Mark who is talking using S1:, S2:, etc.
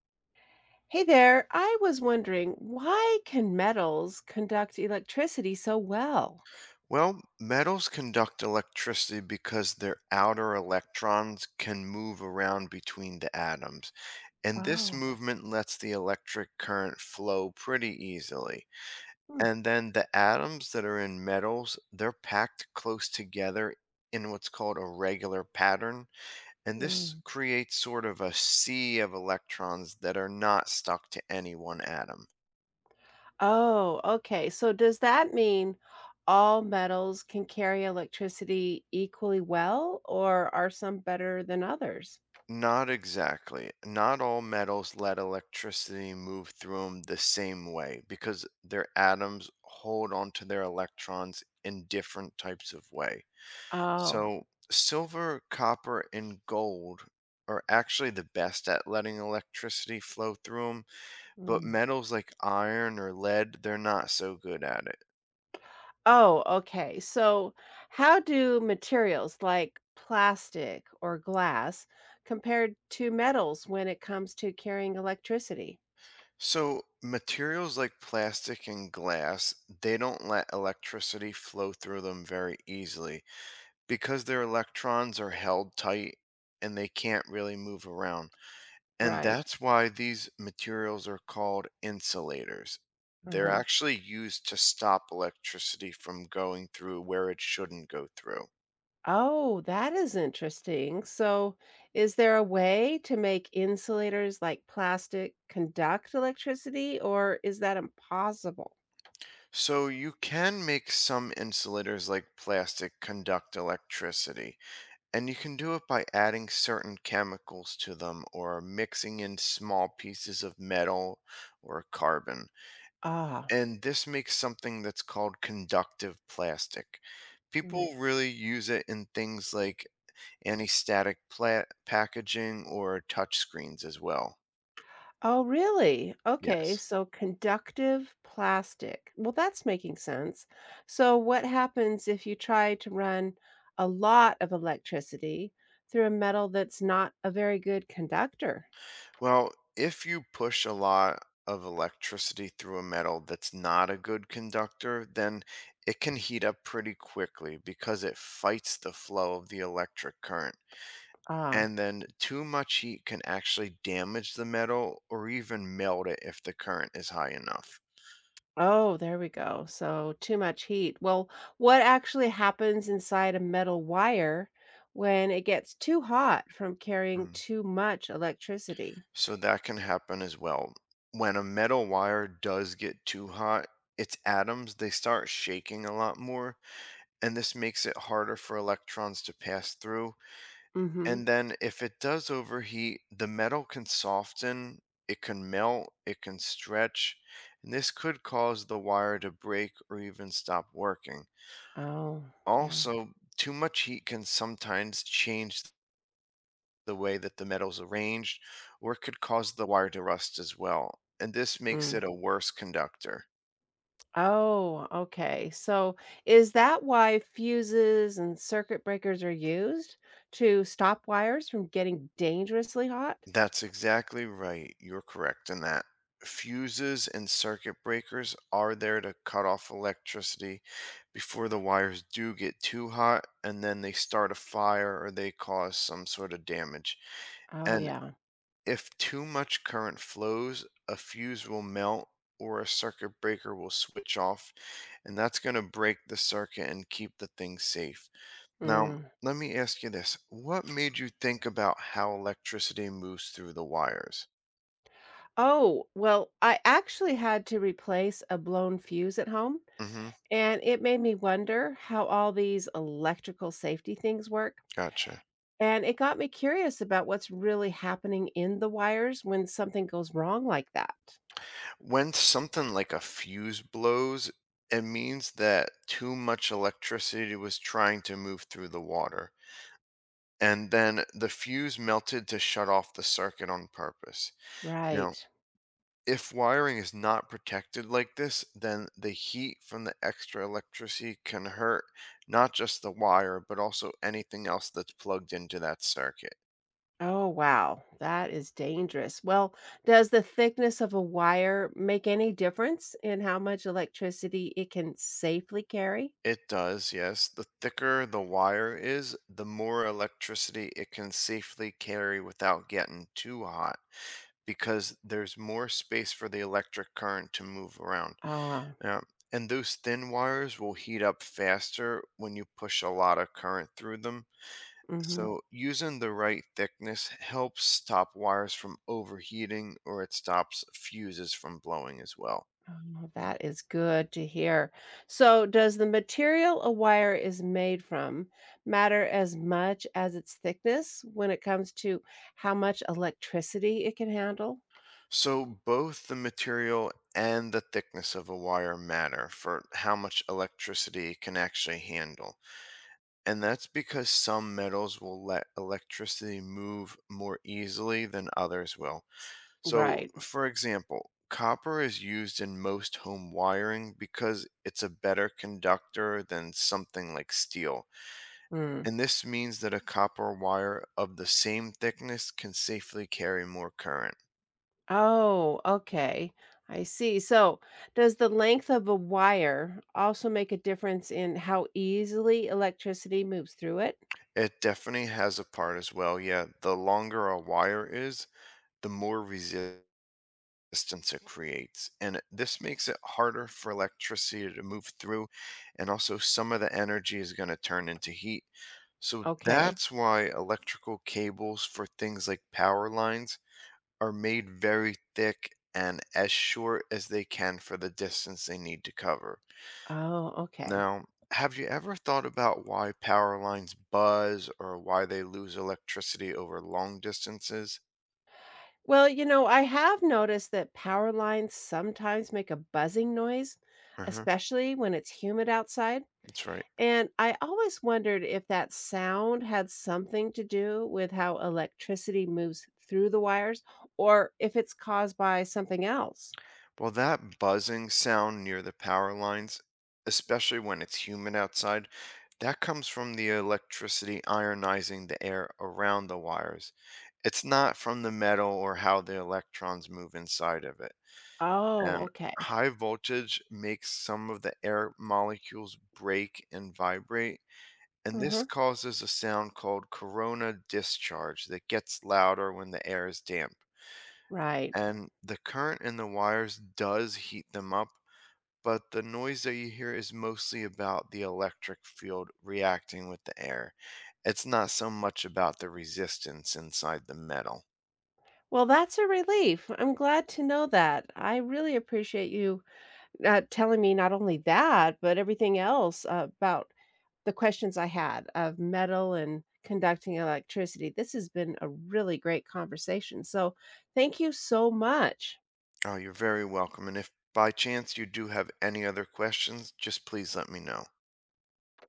S1: Hey there, I was wondering, why can metals conduct electricity so well?
S2: Well, metals conduct electricity because their outer electrons can move around between the atoms, and this
S1: Oh.
S2: movement lets the electric current flow pretty easily.
S1: Hmm.
S2: And then the atoms that are in metals, they're packed close together in what's called a regular pattern, and this
S1: Mm.
S2: creates sort of a sea of electrons that are not stuck to any one atom.
S1: Oh, okay. So does that mean all metals can carry electricity equally well, or are some better than others?
S2: Not exactly. Not all metals let electricity move through them the same way because their atoms hold onto their electrons in different types of way.
S1: Oh.
S2: So, silver, copper, and gold are actually the best at letting electricity flow through them, but
S1: Mm.
S2: metals like iron or lead, they're not so good at it.
S1: Oh, okay. So how do materials like plastic or glass compared to metals when it comes to carrying electricity?
S2: So, materials like plastic and glass, they don't let electricity flow through them very easily because their electrons are held tight and they can't really move around. And
S1: Right.
S2: that's why these materials are called insulators. They're
S1: Uh-huh.
S2: actually used to stop electricity from going through where it shouldn't go through.
S1: Oh, that is interesting. So, is there a way to make insulators like plastic conduct electricity, or is that impossible?
S2: So you can make some insulators like plastic conduct electricity, and you can do it by adding certain chemicals to them or mixing in small pieces of metal or carbon.
S1: Ah.
S2: And this makes something that's called conductive plastic.
S1: Mm.
S2: People really use it in things like packaging or touch screens as well.
S1: Oh, really? Okay,
S2: Yes.
S1: so conductive plastic. Well, that's making sense. So, what happens if you try to run a lot of electricity through a metal that's not a very good conductor?
S2: Well, if you push a lot of electricity through a metal that's not a good conductor, then it can heat up pretty quickly because it fights the flow of the electric current.
S1: Ah.
S2: And then too much heat can actually damage the metal or even melt it if the current is high enough.
S1: Oh, there we go. So, too much heat. Well, what actually happens inside a metal wire when it gets too hot from carrying
S2: Mm.
S1: too much electricity?
S2: So that can happen as well. When a metal wire does get too hot, its atoms they start shaking a lot more and this makes it harder for electrons to pass through,
S1: Mm-hmm.
S2: and then if it does overheat, the metal can soften, it can melt, it can stretch, and this could cause the wire to break or even stop working.
S1: Oh, yeah.
S2: Also, too much heat can sometimes change the way that the metal's arranged, or it could cause the wire to rust as well. And this makes
S1: Mm.
S2: it a worse conductor.
S1: Oh, okay. So, is that why fuses and circuit breakers are used to stop wires from getting dangerously hot?
S2: That's exactly right. You're correct in that. Fuses and circuit breakers are there to cut off electricity before the wires do get too hot and then they start a fire or they cause some sort of damage.
S1: Oh,
S2: And
S1: yeah.
S2: if too much current flows, a fuse will melt or a circuit breaker will switch off, and that's going to break the circuit and keep the thing safe. Now,
S1: Mm.
S2: let me ask you this. What made you think about how electricity moves through the wires?
S1: Oh, well, I actually had to replace a blown fuse at home.
S2: Mm-hmm.
S1: And it made me wonder how all these electrical safety things work.
S2: Gotcha.
S1: And it got me curious about what's really happening in the wires when something goes wrong like that.
S2: When something like a fuse blows, it means that too much electricity was trying to move through the water. And then the fuse melted to shut off the circuit on purpose. Now,
S1: Right.
S2: if wiring is not protected like this, then the heat from the extra electricity can hurt not just the wire, but also anything else that's plugged into that circuit.
S1: Oh, wow. That is dangerous. Well, does the thickness of a wire make any difference in how much electricity it can safely carry?
S2: It does, yes. The thicker the wire is, the more electricity it can safely carry without getting too hot because there's more space for the electric current to move around.
S1: Ah.
S2: Yeah, and those thin wires will heat up faster when you push a lot of current through them.
S1: Mhm.
S2: So using the right thickness helps stop wires from overheating or it stops fuses from blowing as well.
S1: Oh, that is good to hear. So, does the material a wire is made from matter as much as its thickness when it comes to how much electricity it can handle?
S2: So both the material and the thickness of a wire matter for how much electricity it can actually handle. And that's because some metals will let electricity move more easily than others will. So
S1: Right.
S2: for example, copper is used in most home wiring because it's a better conductor than something like steel.
S1: Mm.
S2: And this means that a copper wire of the same thickness can safely carry more current.
S1: Oh, okay. I see. So, does the length of a wire also make a difference in how easily electricity moves through it?
S2: It definitely has a part as well. Yeah, the longer a wire is, the more resistance it creates. This makes it harder for electricity to move through, and also some of the energy is going to turn into heat. So
S1: Okay.
S2: that's why electrical cables for things like power lines are made very thick and as short as they can for the distance they need to cover.
S1: Oh, okay.
S2: Now, have you ever thought about why power lines buzz or why they lose electricity over long distances?
S1: Well, you know, I have noticed that power lines sometimes make a buzzing noise,
S2: Uh-huh,
S1: especially when it's humid outside.
S2: that's right.
S1: And I always wondered if that sound had something to do with how electricity moves through the wires or if it's caused by something else.
S2: Well, that buzzing sound near the power lines, especially when it's humid outside, that comes from the electricity ionizing the air around the wires. It's not from the metal or how the electrons move inside of it.
S1: Oh,
S2: And
S1: okay.
S2: high voltage makes some of the air molecules break and vibrate and this
S1: Uh-huh.
S2: causes a sound called corona discharge that gets louder when the air is damp.
S1: Right.
S2: And the current in the wires does heat them up, but the noise that you hear is mostly about the electric field reacting with the air. It's not so much about the resistance inside the metal.
S1: Well, that's a relief. I'm glad to know that. I really appreciate you telling me not only that, but everything else about the questions I had of metal and conducting electricity. This has been a really great conversation. So, thank you so much.
S2: Oh, you're very welcome. And if by chance you do have any other questions, just please let me know.